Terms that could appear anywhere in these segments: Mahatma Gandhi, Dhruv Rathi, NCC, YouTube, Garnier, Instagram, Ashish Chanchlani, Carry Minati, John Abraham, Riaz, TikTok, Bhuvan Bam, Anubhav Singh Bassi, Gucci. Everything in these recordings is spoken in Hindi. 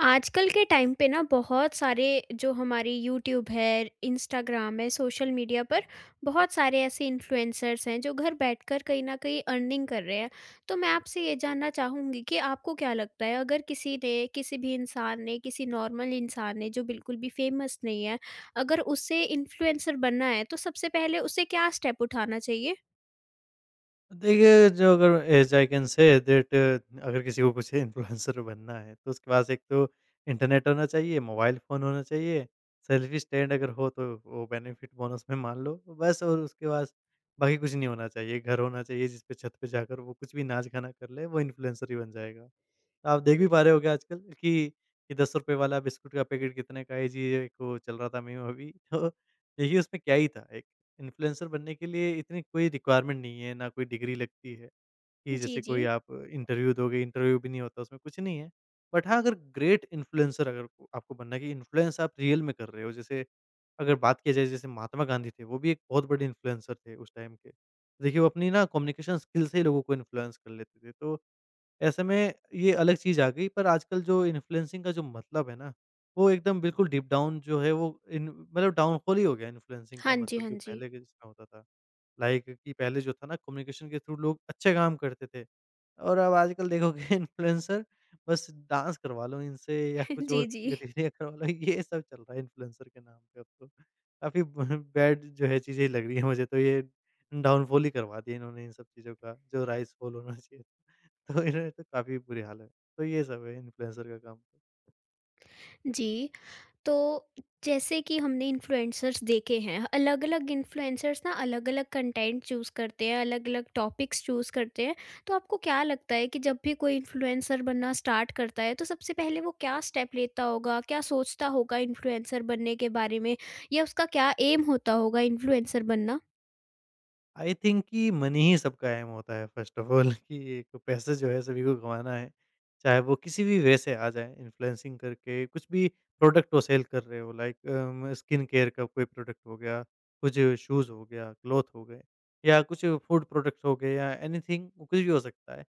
आजकल के टाइम पे ना बहुत सारे जो हमारी यूट्यूब है, इंस्टाग्राम है, सोशल मीडिया पर बहुत सारे ऐसे इन्फ्लुएंसर्स हैं जो घर बैठकर कहीं न कहीं अर्निंग कर रहे हैं। तो मैं आपसे ये जानना चाहूँगी कि आपको क्या लगता है, अगर किसी ने, किसी भी इंसान ने, किसी नॉर्मल इंसान ने जो बिल्कुल भी फेमस नहीं है, अगर उसे इन्फ्लुएंसर बनना है तो सबसे पहले उसे क्या स्टेप उठाना चाहिए? देखिए, जो अगर as I can say that अगर किसी को कुछ इन्फ्लुएंसर बनना है, तो उसके पास एक तो इंटरनेट होना चाहिए, मोबाइल फ़ोन होना चाहिए, सेल्फ़ी स्टैंड अगर हो तो वो बेनिफिट बोनस में मान लो। बस और उसके पास बाकी कुछ नहीं होना चाहिए। घर होना चाहिए जिस पे छत पे जाकर वो कुछ भी नाच-गाना कर ले, वो इन्फ्लुएंसर ही बन जाएगा। आप देख भी पा रहे होंगे आजकल कि "ये ₹10 वाला बिस्कुट का पैकेट कितने का है?" जी, ये एक वो चल रहा था मीम अभी। तो देखिए उसमें क्या ही था। एक इन्फ्लुएंसर बनने के लिए इतनी कोई रिक्वायरमेंट नहीं है, ना कोई डिग्री लगती है कि जी, जैसे कोई जी। आप इंटरव्यू दोगे, इंटरव्यू भी नहीं होता उसमें, कुछ नहीं है। बट हाँ, अगर ग्रेट इन्फ्लुएंसर अगर आपको बनना है कि इन्फ्लुएंस आप रियल में कर रहे हो, जैसे अगर बात किया जाए, जैसे महात्मा गांधी थे, वो भी एक बहुत बड़े इन्फ्लुएंसर थे उस टाइम के। देखिए वो अपनी ना कम्युनिकेशन स्किल से ही लोगों को इन्फ्लुएंस कर लेते थे। तो ऐसे में ये अलग चीज़ आ गई, पर आजकल जो इन्फ्लुएंसिंग का जो मतलब है ना, वो एकदम बिल्कुल डीप डाउन जो है वो इन मतलब डाउनफॉल ही हो गया इन्फ्लुएंसिंग का हाँ जी, मतलब हाँ जो जी। पहले के जिसमें होता था। लाइक कि पहले जो था ना कम्युनिकेशन के थ्रू लोग अच्छे काम करते थे, और अब आजकल देखोगे इन्फ्लुएंसर बस डांस करवा लो इनसे या कुछ जी, और जी। गतिविधियाँ करवा लो, ये सब चल रहा है इन्फ्लुएंसर के नाम पे अब तो। काफ़ी ब बैड जो है चीज़ें लग रही हैं मुझे तो, ये डाउनफॉल ही करवा दिया इन्होंने इन सब चीज़ों का, जो राइज़ फॉल होना चाहिए था। तो इन्हें तो काफ़ी बुरी हाल है। तो ये सब है इन्फ्लुएंसर का काम, तो। जी। तो जैसे कि हमने इन्फ्लुएंसर्स देखे हैं, अलग अलग इन्फ्लुएंसर्स ना अलग अलग कंटेंट चूज करते हैं, अलग अलग टॉपिक्स चूज करते हैं। तो आपको क्या लगता है कि जब भी कोई इन्फ्लुएंसर बनना स्टार्ट करता है, तो सबसे पहले वो क्या स्टेप लेता होगा, क्या सोचता होगा इन्फ्लुएंसर बनने के बारे में, या उसका क्या एम होता होगा इन्फ्लुएंसर बनना? आई थिंक कि मनी ही सबका ऐम होता है फ़र्स्ट ऑफ़ ऑल, कि एक पैसे जो है सभी को कमाना है। चाहे वो किसी भी वे से आ जाए इन्फ्लुएंसिंग करके, कुछ भी प्रोडक्ट वो सेल कर रहे हो, लाइक स्किन केयर का कोई प्रोडक्ट हो गया, कुछ शूज़ हो गया, क्लॉथ हो गए, या कुछ फूड प्रोडक्ट्स हो गए, या एनीथिंग, कुछ भी हो सकता है।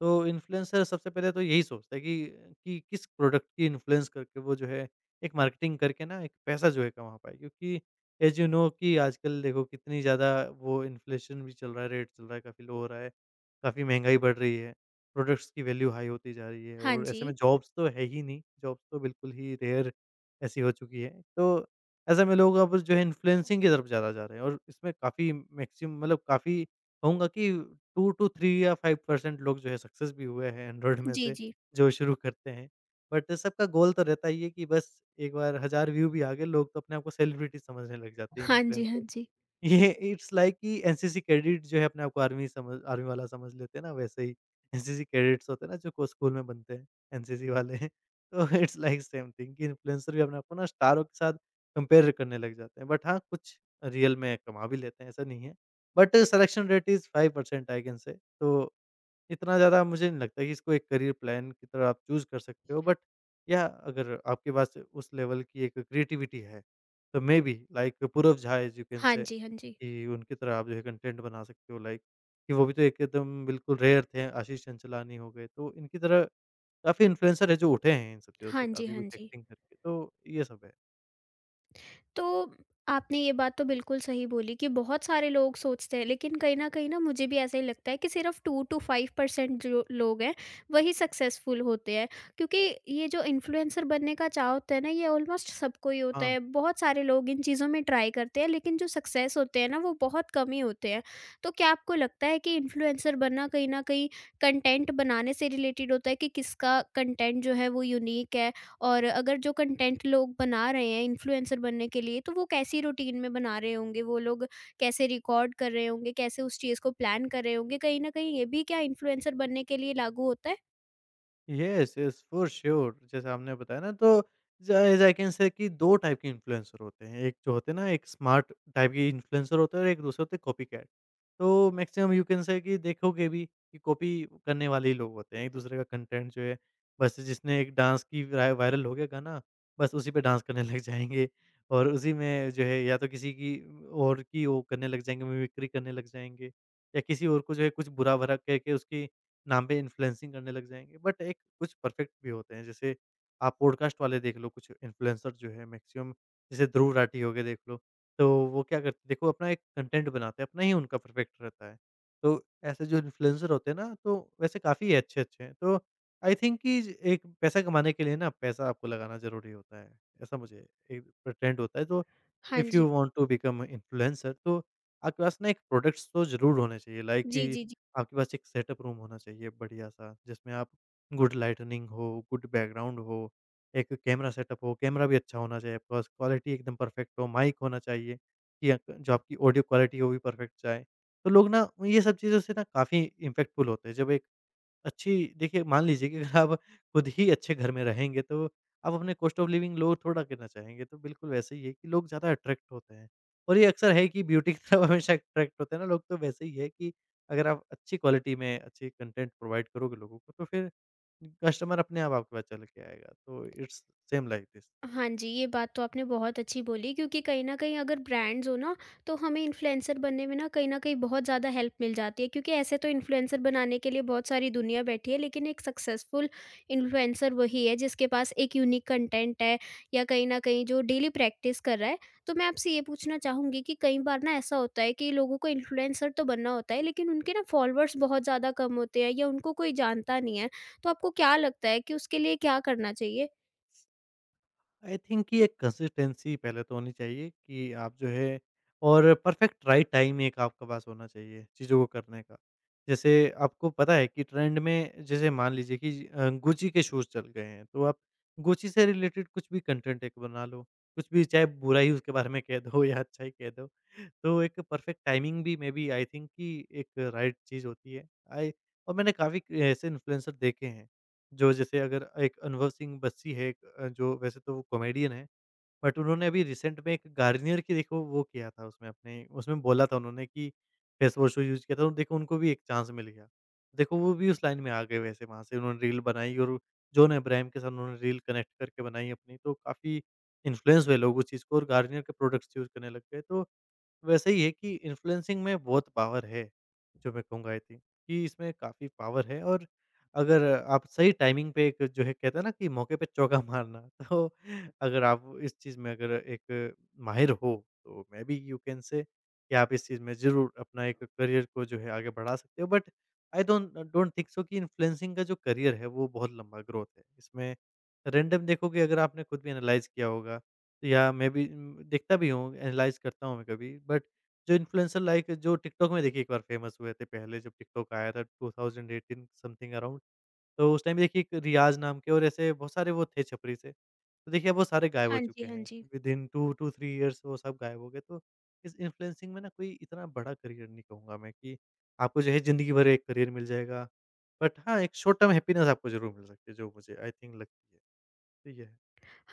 तो इन्फ्लुएंसर सबसे पहले तो यही सोचता है कि किस प्रोडक्ट की इन्फ्लुएंस करके वो जो है एक मार्केटिंग करके ना एक पैसा जो है कमा पाए, क्योंकि एज़ यू नो कि आजकल देखो कितनी ज़्यादा वो इन्फ्लेशन भी चल रहा है, रेट चल रहा है, काफ़ी लो हो रहा है, काफ़ी महँगाई बढ़ रही है, प्रोडक्ट्स की वैल्यू हाई होती जा रही है, हाँ और जी। ऐसे में जॉब्स तो है ही नहीं, जॉब्स तो बिल्कुल ही रेयर ऐसी हो चुकी है। तो ऐसे में लोग अब जो है इन्फ्लुएंसिंग की तरफ ज़्यादा जा रहे हैं, और इसमें काफ़ी मैक्सिमम मतलब काफ़ी कहूँगा कि 2 टू 3 या 5% लोग जो है सक्सेस भी हुए हैं एंड्रॉइड में जी, से, जी। जो शुरू करते हैं। बट सबका गोल तो रहता ही है कि बस एक बार 1000 व्यू भी आ गए, लोग तो अपने आप को सेलिब्रिटी समझने लग जाते हैं, हाँ जी। हाँ इन्फ्लुएंसर। जी। ये इट्स लाइक कि एनसीसी कैडेट जो है अपने आप को आर्मी समझ, आर्मी वाला समझ लेते हैं ना, वैसे ही एनसीसी कैडेट्स होते हैं ना, जो को स्कूल में बनते हैं, एनसीसी वाले। तो इट्स लाइक सेम थिंग कि इन्फ्लुएंसर भी अपने आप को ना स्टारों के साथ कंपेयर करने लग जाते हैं। बट हाँ, कुछ रियल में कमा भी लेते हैं, ऐसा नहीं है। But selection rate is 5% I can say. तो इतना ज़्यादा मुझे नहीं लगता कि इसको एक करियर प्लान की तरह आप चूज़ कर सकते हो। बट या अगर आपके पास उस लेवल की एक क्रिएटिविटी है, तो maybe like Purav Jha as you can हाँ से। जी। हाँ जी। कि उनकी तरह आप जो है कंटेंट बना सकते हो, लाइक कि वो भी तो एक एकदम बिल्कुल रेयर थे, आशीष चंचलानी हो गए, तो इनकी तरह काफ़ी इन्फ्लुएंसर है जो उठे हैं इन सब चीज़ों से, हाँ जी। काफ़ी हाँ कुछ जी। एक्टिंग करके, तो ये सब है। तो आपने ये बात तो बिल्कुल सही बोली कि बहुत सारे लोग सोचते हैं, लेकिन कहीं ना मुझे भी ऐसा ही लगता है कि सिर्फ 2 to 5% जो लोग हैं वही सक्सेसफुल होते हैं। क्योंकि ये जो इन्फ्लुएंसर बनने का चाह होता है ना, ये ऑलमोस्ट सबको ही होता हाँ। है। बहुत सारे लोग इन चीज़ों में ट्राई करते हैं, लेकिन जो सक्सेस होते हैं ना, वो बहुत कम ही होते हैं। तो क्या आपको लगता है कि इन्फ्लुएंसर बनना कहीं ना कहीं कंटेंट बनाने से रिलेटेड होता है, कि किसका कंटेंट जो है वो यूनिक है? और अगर जो कंटेंट लोग बना रहे हैं इन्फ्लुएंसर बनने के लिए, तो वो कैसी रूटीन में बना रहे होंगे? वो लोग कैसे रिकॉर्ड कर रहे होंगे? कैसे उस चीज़ को प्लान कर रहे होंगे? कहीं न कहीं ये भी क्या इन्फ्लुएंसर बनने के लिए लागू होता है? येस, येस, फ़ॉर श्योर, जैसे आपने बताया ना, तो ज एज़ आई कैन से कि 2 टाइप के इन्फ्लुएंसर होते हैं। एक जो होते हैं ना एक स्मार्ट टाइप के इन्फ्लुएंसर होते हैं, और एक दूसरे होते हैं कॉपीकैट। तो मैक्सिमम यू कैन से कि देखोगे भी कि कॉपी करने वाले ही लोग होते हैं एक-दूसरे का कंटेंट जो है, बस जिसने एक डांस की वायरल हो गया गाना, बस उसी पे डांस करने लग जाएँगे, और उसी में जो है या तो किसी की और की वो करने लग जाएँगे, मिमिक्री करने लग जाएँगे, या किसी और को जो है कुछ बुरा भरा कह के उसकी नाम पे इन्फ्लुएंसिंग करने लग जाएँगे। बट एक कुछ परफेक्ट भी होते हैं, जैसे आप पॉडकास्ट वाले देख लो, कुछ इन्फ्लुएंसर जो है मैक्सिमम जैसे ध्रुव राठी हो गए, देख लो, तो वो क्या करते हैं देखो, अपना एक कंटेंट बनाते हैं, अपना ही उनका परफेक्ट रहता है। तो ऐसे जो इन्फ्लुएंसर होते हैं ना, तो वैसे काफ़ी अच्छे-अच्छे हैं। तो आई थिंक कि ज एक पैसा कमाने के लिए ना पैसा आपको लगाना ज़रूरी होता है, ऐसा मुझे एक ट्रेंड होता है। तो हाँ इफ़ जी। You want to become influencer, तो आपके पास ना एक प्रोडक्ट्स तो ज़रूर होने चाहिए, लाइक जी, कि जी, जी। आपके पास एक सेटअप रूम होना चाहिए बढ़िया-सा, जिसमें आप गुड लाइटनिंग हो, गुड बैकग्राउंड हो, एक कैमरा सेटअप हो, कैमरा भी अच्छा होना चाहिए आपके पास, क्वालिटी एकदम परफेक्ट हो, माइक होना चाहिए कि जो आपकी ऑडियो क्वालिटी है, वो भी परफेक्ट जाए। तो लोग ना ये सब चीज़ों से ना काफ़ी इम्पैक्टफुल होते हैं। जब एक अच्छी, देखिए मान लीजिए कि अगर आप खुद ही अच्छे घर में रहेंगे तो आप अपने कॉस्ट ऑफ लिविंग लो थोड़ा करना चाहेंगे, तो बिल्कुल वैसे ही है कि लोग ज़्यादा अट्रैक्ट होते हैं। और ये अक्सर है कि ब्यूटी की तरफ हमेशा अट्रैक्ट होते हैं ना लोग, तो वैसे ही है कि अगर आप अच्छी क्वालिटी में अच्छी कंटेंट प्रोवाइड करोगे लोगों को, तो फिर कस्टमर अपने आप आपके पास चल के आएगा। तो इट्स सेम लाइक दिस। हाँ जी, ये बात तो आपने बहुत अच्छी बोली, क्योंकि कहीं न कहीं अगर ब्रांड्स हो ना, तो हमें इन्फ्लुएंसर बनने में ना कहीं न कहीं बहुत ज़्यादा हेल्प मिल जाती है। क्योंकि ऐसे तो इन्फ्लुएंसर बनाने के लिए बहुत सारी दुनिया बैठी है, लेकिन एक सक्सेसफुल इन्फ्लुएंसर वही है जिसके पास एक यूनिक कंटेंट है, या कहीं न कहीं जो डेली प्रैक्टिस कर रहा है। तो मैं आपसे ये पूछना चाहूँगी कि कई बार ना ऐसा होता है कि लोगों को इन्फ्लुएंसर तो बनना होता है, लेकिन उनके ना फॉलोअर्स बहुत ज़्यादा कम होते हैं या उनको कोई जानता नहीं है। तो आपको क्या लगता है कि उसके लिए क्या करना चाहिए? आई थिंक कि एक कंसिस्टेंसी पहले तो होनी चाहिए कि आप जो है, और परफेक्ट राइट टाइम एक आपके पास होना चाहिए चीज़ों को करने का। जैसे आपको पता है कि ट्रेंड में, जैसे मान लीजिए कि गुची के शूज़ चल गए हैं, तो आप गुची से रिलेटेड कुछ भी कंटेंट एक बना लो। कुछ भी चाहे बुरा ही उसके बारे में कह दो या अच्छा ही कह दो। तो एक परफेक्ट टाइमिंग भी मे बी आई थिंक कि एक राइट चीज़ होती है। आई और मैंने काफ़ी ऐसे इन्फ्लुएंसर देखे हैं। जो जैसे अगर, एक अनुभव सिंह बस्सी है एक, जो वैसे तो वो कॉमेडियन है, बट उन्होंने अभी रिसेंट में एक गार्नियर की देखो वो किया था, उसमें अपने उसमें बोला था उन्होंने कि फेस वॉश वो यूज़ किया था, तो देखो उनको भी एक चांस मिल गया। देखो वो भी उस लाइन में आ गए, वैसे वहाँ से उन्होंने रील बनाई और जॉन अब्राहम के साथ उन्होंने रील कनेक्ट करके बनाई अपनी, तो काफ़ी इन्फ्लुएंस हुए लोग उस चीज़ को, और गार्नियर के प्रोडक्ट्स यूज़ करने लग गए, तो वैसे ही है कि इन्फ्लुएंसिंग में बहुत पावर है, जो मैं कहूँगा आई थिंक कि इसमें काफ़ी पावर है। और अगर आप सही टाइमिंग पे एक जो है, कहते हैं ना कि मौके पे चौका मारना, तो अगर आप इस चीज़ में, अगर एक माहिर हो, तो may be you can say कि आप इस चीज़ में ज़रूर अपना एक करियर को जो है आगे बढ़ा सकते हो। But I don't don't think so कि इन्फ्लुएंसिंग का जो करियर है वो बहुत लंबा ग्रोथ है। इसमें रैंडम देखोगे, अगर आपने खुद भी एनालाइज़ किया होगा या मैं भी देखता भी हूँ, एनालाइज़ करता हूँ मैं कभी। बट जो इन्फ्लुएंसर लाइक जो टिकटॉक में देखिए एक बार फेमस हुए थे पहले, जब टिकटॉक आया था 2018 समथिंग अराउंड। तो उस टाइम देखिए एक रियाज़ नाम के, और ऐसे बहुत सारे वो थे छपरी से। तो देखिए अब वो सारे गायब हो हाँ चुके जी, हाँ हैं। जी। विदिन 2 टू 3 इयर्स वो सब गायब हो गए। तो इस इन्फ्लुएंसिंग में ना कोई इतना बड़ा करियर नहीं कहूँगा मैं, कि आपको जो है ज़िंदगी भर एक करियर मिल जाएगा। बट हाँ, एक शॉर्ट टर्म हैप्पीनेस आपको ज़रूर मिल सकती है, जो मुझे आई थिंक लगती है। तो ये है।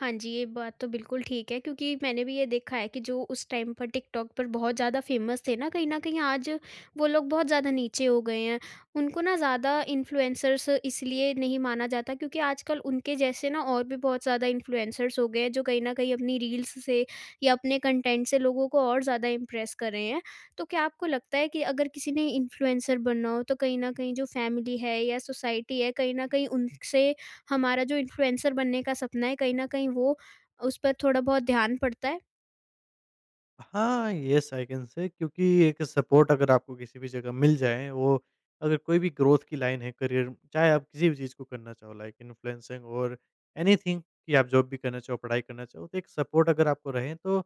हाँ जी, ये बात तो बिल्कुल ठीक है, क्योंकि मैंने भी ये देखा है कि जो उस टाइम पर टिकटॉक पर बहुत ज़्यादा फ़ेमस थे ना, कहीं न कहीं आज वो लोग बहुत ज़्यादा नीचे हो गए हैं। उनको ना ज़्यादा इन्फ्लुएंसर्स इसलिए नहीं माना जाता, क्योंकि आजकल उनके जैसे ना और भी बहुत ज़्यादा इन्फ्लुएंसर्स हो गए हैं जो कहीं न कहीं अपनी रील्स से या अपने कंटेंट से लोगों को और ज़्यादा इम्प्रेस कर रहे हैं। तो क्या आपको लगता है कि अगर किसी ने इन्फ्लुएंसर बनना हो, तो कहीं न कहीं जो फ़ैमिली है या सोसाइटी है, कहीं न कहीं उनसे हमारा जो इन्फ्लुएंसर बनने का सपना है, कहीं न कहीं वो उस पर थोड़ा बहुत ध्यान पड़ता है। हाँ, येस आई कैन से, क्योंकि एक सपोर्ट अगर आपको किसी भी जगह मिल जाए, वो अगर कोई भी ग्रोथ की लाइन है करियर, चाहे आप किसी भी चीज़ को करना चाहो लाइक इन्फ्लुएंसिंग, और एनीथिंग कि आप जॉब भी करना चाहो, पढ़ाई करना चाहो, तो एक सपोर्ट अगर आपको रहे तो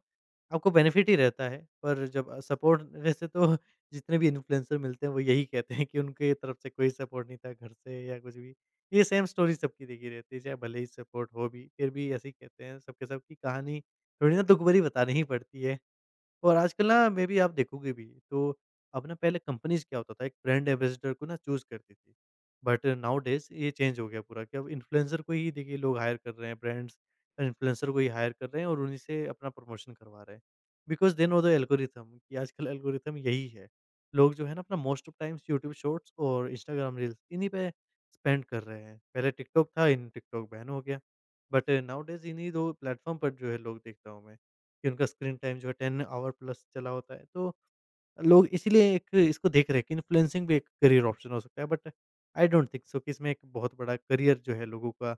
आपको बेनिफिट ही रहता है। पर जब सपोर्ट, वैसे तो जितने भी इन्फ्लुएंसर मिलते हैं, वो यही कहते हैं कि उनके तरफ से कोई सपोर्ट नहीं था घर से या कुछ भी। ये सेम स्टोरी सबकी देखी रहती है, चाहे भले ही सपोर्ट हो भी, फिर भी ऐसे ही कहते हैं सबके सब की कहानी थोड़ी ना दुख भरी बतानी ही पड़ती है। और आजकल ना मे बी आप देखोगे भी तो अब ना पहले कंपनीज़ क्या होता था, एक ब्रांड एम्बेसडर को ना चूज़ करती थी। बट नाउ-डेज़ ये चेंज हो गया पूरा कि अब इन्फ्लुएंसर को ही देखिए लोग हायर कर रहे हैं, ब्रांड्स इन्फ्लुएंसर को ही हायर कर रहे हैं और उन्हीं से अपना प्रमोशन करवा रहे हैं। Because they know the algorithm कि आजकल एल्गोरिथम यही है। लोग जो है ना अपना most of times YouTube shorts और इंस्टाग्राम रील्स इन्हीं पे स्पेंड कर रहे हैं। पहले टिकटॉक था, इन टिकटॉक बैन हो गया। बट नाउ-डेज़ इन्हीं 2 प्लेटफ़ॉर्म पर जो है लोग देखता हूँ मैं। कि उनका स्क्रीन टाइम जो है 10 ऑवर प्लस चला होता है। तो लोग इसीलिए एक इसको देख रहे हैं कि इन्फ्लुएंसिंग भी एक करियर ऑप्शन हो सकता है, but I don't think so कि इसमें एक बहुत बड़ा करियर जो है लोगों का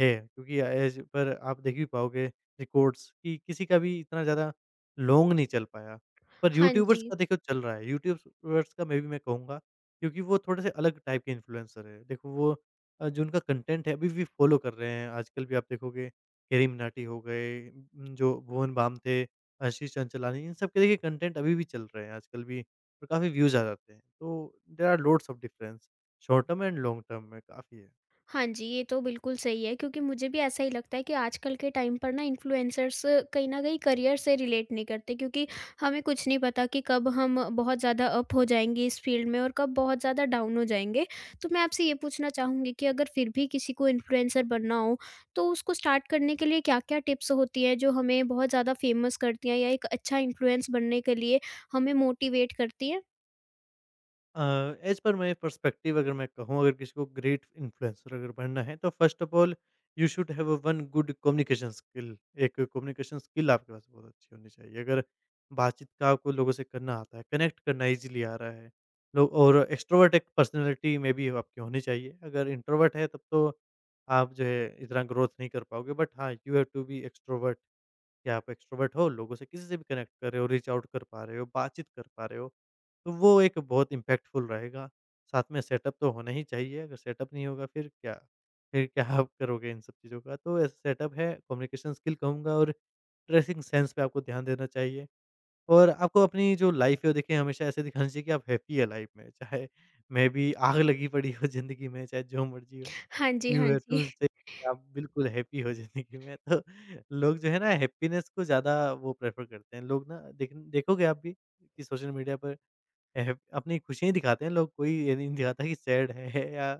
है। क्योंकि एज पर आप देख भी पाओगे रिकॉर्ड्स कि किसी का भी इतना ज़्यादा लॉन्ग नहीं चल पाया। पर हाँ यूट्यूबर्स जी। का देखो चल रहा है, यूट्यूबर्स का मे बी मैं कहूँगा क्योंकि वो थोड़े से अलग टाइप के इन्फ्लुएंसर हैं। देखो वो जो उनका कंटेंट है अभी भी फॉलो कर रहे हैं। आजकल भी आप देखोगे केरी मिनाटी हो गए, जो भुवन बाम थे। आशीष चंचलानी इन सब के देखिए कंटेंट अभी भी चल रहे हैं आजकल भी और काफ़ी व्यूज़ आ जाते हैं। तो there are loads of difference short term and long term में काफ़ी है। हाँ जी, ये तो बिल्कुल सही है, क्योंकि मुझे भी ऐसा ही लगता है कि आजकल के टाइम पर ना इन्फ्लुएंसर्स कहीं न कहीं करियर से रिलेट नहीं करते। क्योंकि हमें कुछ नहीं पता कि कब हम बहुत ज़्यादा अप हो जाएँगे इस फ़ील्ड में और कब बहुत ज़्यादा डाउन हो जाएँगे। तो मैं आपसे ये पूछना चाहूँगी कि अगर फिर भी किसी को इन्फ्लुएंसर बनना हो, तो उसको स्टार्ट करने के लिए क्या-क्या टिप्स होती हैं जो हमें बहुत ज़्यादा फ़ेमस करती हैं या एक अच्छा इन्फ्लुएंस बनने के लिए हमें मोटिवेट करती हैं? Uh, as per my perspective अगर मैं कहूँ, अगर किसी को ग्रेट इन्फ्लुएंसर अगर बनना है तो first of all you should have a one good communication skill. एक कम्युनिकेशन स्किल आपके पास बहुत अच्छी होनी चाहिए। अगर बातचीत का आपको लोगों से करना आता है, कनेक्ट करना ईज़िली आ रहा है, लोग और एक्स्ट्रोवर्ट एक पर्सनैलिटी में भी आपकी होनी चाहिए। अगर इंट्रोवर्ट है तब तो आप जो है इतना ग्रोथ नहीं कर पाओगे, बट हाँ, you have to be extrovert कि आप एक्स्ट्रोवर्ट हो, लोगों से किसी से भी कनेक्ट कर रहे हो, रीच आउट कर पा रहे हो, बातचीत कर पा रहे हो, तो वो एक बहुत इम्पैक्टफुल रहेगा। साथ में सेटअप तो होना ही चाहिए, अगर सेटअप नहीं होगा फिर क्या? फिर क्या आप करोगे इन सब चीज़ों का? तो ऐसा सेटअप है, कम्युनिकेशन स्किल कहूँगा और ड्रेसिंग सेंस पे आपको ध्यान देना चाहिए और आपको अपनी जो लाइफ़ है वो देखिए हमेशा ऐसे दिखाना चाहिए कि आप हैप्पी है लाइफ़ में, चाहे मे बी आग लगी पड़ी हो ज़िंदगी में, चाहे जो मर्ज़ी हो। हाँ जी, न्यू हाँ ईयर जी। ट्यूसडे आप बिल्कुल हैप्पी हो ज़िंदगी में तो लोग जो है ना हैप्पीनेस को ज़्यादा वो प्रेफ़र करते हैं। लोग ना देख देखोगे आप भी कि सोशल मीडिया पर हैप अपनी खुशियाँ ही दिखाते हैं लोग, कोई ये नहीं दिखाता कि सैड है या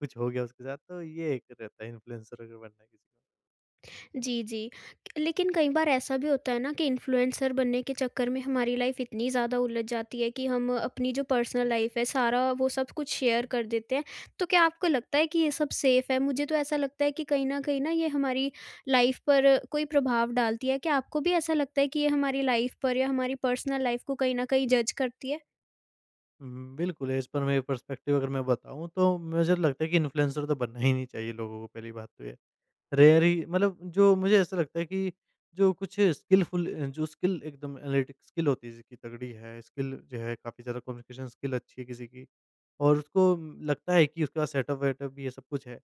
कुछ हो गया उसके साथ, तो ये एक रहता है इन्फ्लुएंसर अगर बनना है किसी को। जी, जी। लेकिन कई बार ऐसा भी होता है ना कि इन्फ्लुएंसर बनने के चक्कर में हमारी लाइफ़ इतनी ज़्यादा उलझ जाती है कि हम अपनी जो पर्सनल लाइफ़ है सारा वो सब कुछ शेयर कर देते हैं। तो क्या आपको लगता है कि ये सब सेफ़ है? मुझे तो ऐसा लगता है कि कहीं न कहीं ना ये हमारी लाइफ़ पर कोई प्रभाव डालती है। क्या आपको भी ऐसा लगता है कि ये हमारी लाइफ़ पर या हमारी पर्सनल लाइफ़ को कहीं न कहीं जज करती है? हुँ, बिल्कुल, है। इस पर मेरे पर्सपेक्टिव अगर मैं बताऊँ तो मुझे लगता है कि इन्फ्लुएंसर तो बनना ही नहीं चाहिए लोगों को, पहली बात तो ये। रेयर ही मतलब, जो मुझे ऐसा लगता है कि जो कुछ स्किलफुल जो स्किल एकदम एनालिटिक स्किल होती है जिसकी तगड़ी है, स्किल जो है काफ़ी ज़्यादा कम्युनिकेशन स्किल अच्छी है किसी की और उसको लगता है कि उसके पास सेटअप-वेटअप भी ये सब कुछ है,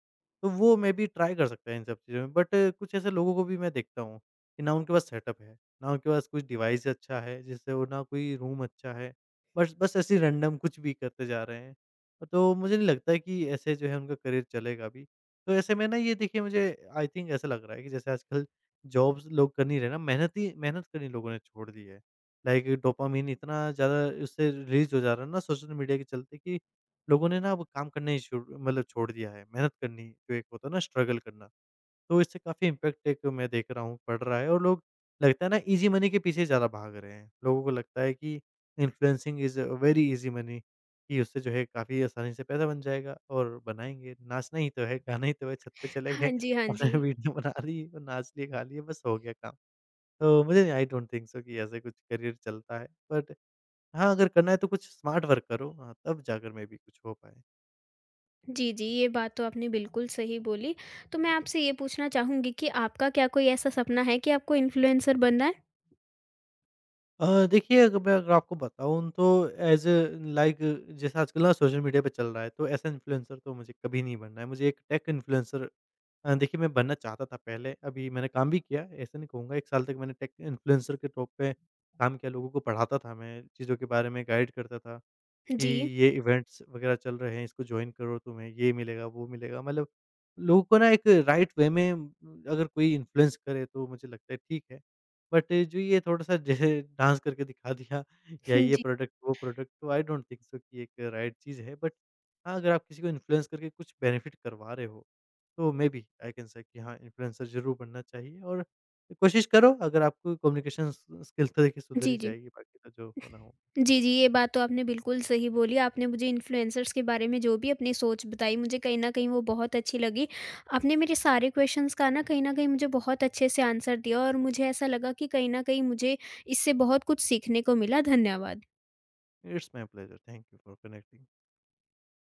तो वो मे बी ट्राई कर सकता है इन सब चीज़ों में। बट कुछ ऐसे लोगों को भी मैं देखता हूँ कि ना उनके पास सेटअप है, ना उनके पास कुछ डिवाइस अच्छा है जिससे वो, ना कोई रूम अच्छा है, बस बस ऐसे ही रैंडम कुछ भी करते जा रहे हैं। तो मुझे नहीं लगता है कि ऐसे जो है उनका करियर चलेगा भी। तो ऐसे में ना ये देखिए मुझे आई थिंक ऐसा लग रहा है कि जैसे आजकल जॉब्स लोग कर नहीं रहे ना, मेहनत ही मेहनत करनी लोगों ने छोड़ दी है। लाइक डोपामाइन इतना ज़्यादा उससे रिलीज़ हो जा रहा है ना सोशल मीडिया के चलते कि लोगों ने ना अब काम करना ही शुरू मतलब छोड़ दिया है। मेहनत करनी जो एक होता है ना, स्ट्रगल करना। तो इससे काफ़ी इम्पैक्ट एक मैं देख रहा हूँ पड़ रहा है और लोग लगता है ना ईज़ी मनी के पीछे ज़्यादा भाग रहे हैं। लोगों को लगता है कि influencing is a very easy money, कि उससे जो है काफ़ी आसानी से पैसा बन जाएगा और बनाएँगे, नाचना ही तो है, गाना ही तो है, छत पे चले गए, हाँ जी, हाँ जी। अपने वीडियो बना ली और नाच लिए, गा लिए, बस हो गया काम। तो मुझे आई डोंट थिंक सो कि ऐसे कुछ करियर चलता है, बट हाँ, अगर करना है तो कुछ स्मार्ट वर्क करो हाँ, तब जाकर मे बी कुछ हो पाए। जी, जी। ये बात तो आपने बिल्कुल सही बोली। तो मैं आपसे ये पूछना चाहूँगी कि आपका क्या कोई ऐसा सपना है कि आपको इन्फ्लुएंसर बनना है? देखिए अगर मैं अगर आपको बताऊँ तो ऐज़ लाइक जैसे आजकल ना सोशल मीडिया पे चल रहा है, तो ऐसा इन्फ्लुएंसर तो मुझे कभी नहीं बनना है, मुझे एक टेक इन्फ्लुएंसर देखिए मैं बनना चाहता था पहले, अभी मैंने काम भी किया, ऐसा नहीं कहूँगा, 1 साल तक मैंने टेक इन्फ्लुएंसर के तौर पे काम किया, लोगों को पढ़ाता था मैं, चीज़ों के बारे में गाइड करता था, कि जी, ये इवेंट्स वगैरह चल रहे हैं, इसको जॉइन करो, तुम्हें ये मिलेगा, वो मिलेगा, मतलब लोगों को ना एक राइट वे में अगर कोई इन्फ्लुएंस करे तो मुझे लगता है ठीक है। बट जो ये थोड़ा-सा जैसे डांस करके दिखा दिया या जी, ये जी, प्रोडक्ट, वो प्रोडक्ट, तो आई डोंट थिंक सो कि एक राइट चीज़ है। बट हाँ, अगर आप किसी को इन्फ्लुएंस करके कुछ बेनिफिट करवा रहे हो तो मेबी आई कैन से कि हाँ, इन्फ्लुएंसर ज़रूर बनना चाहिए और कोशिश करो अगर आपको कम्युनिकेशन स स्किल्स तो देखिए सुधर ही जी। जाएगी, बाकी तो जो होना हो। जी, जी, ये बात तो आपने बिल्कुल सही बोली। आपने मुझे इन्फ्लुएंसर्स के बारे में जो भी अपनी सोच बताई, मुझे कहीं न कहीं वो बहुत अच्छी लगी। आपने मेरे सारे क्वेश्चंस का ना कहीं न कहीं मुझे बहुत अच्छे से आंसर दिया, और मुझे ऐसा लगा कि कहीं न कहीं मुझे इससे बहुत कुछ सीखने को मिला। धन्यवाद। It's my pleasure, thank you for connecting.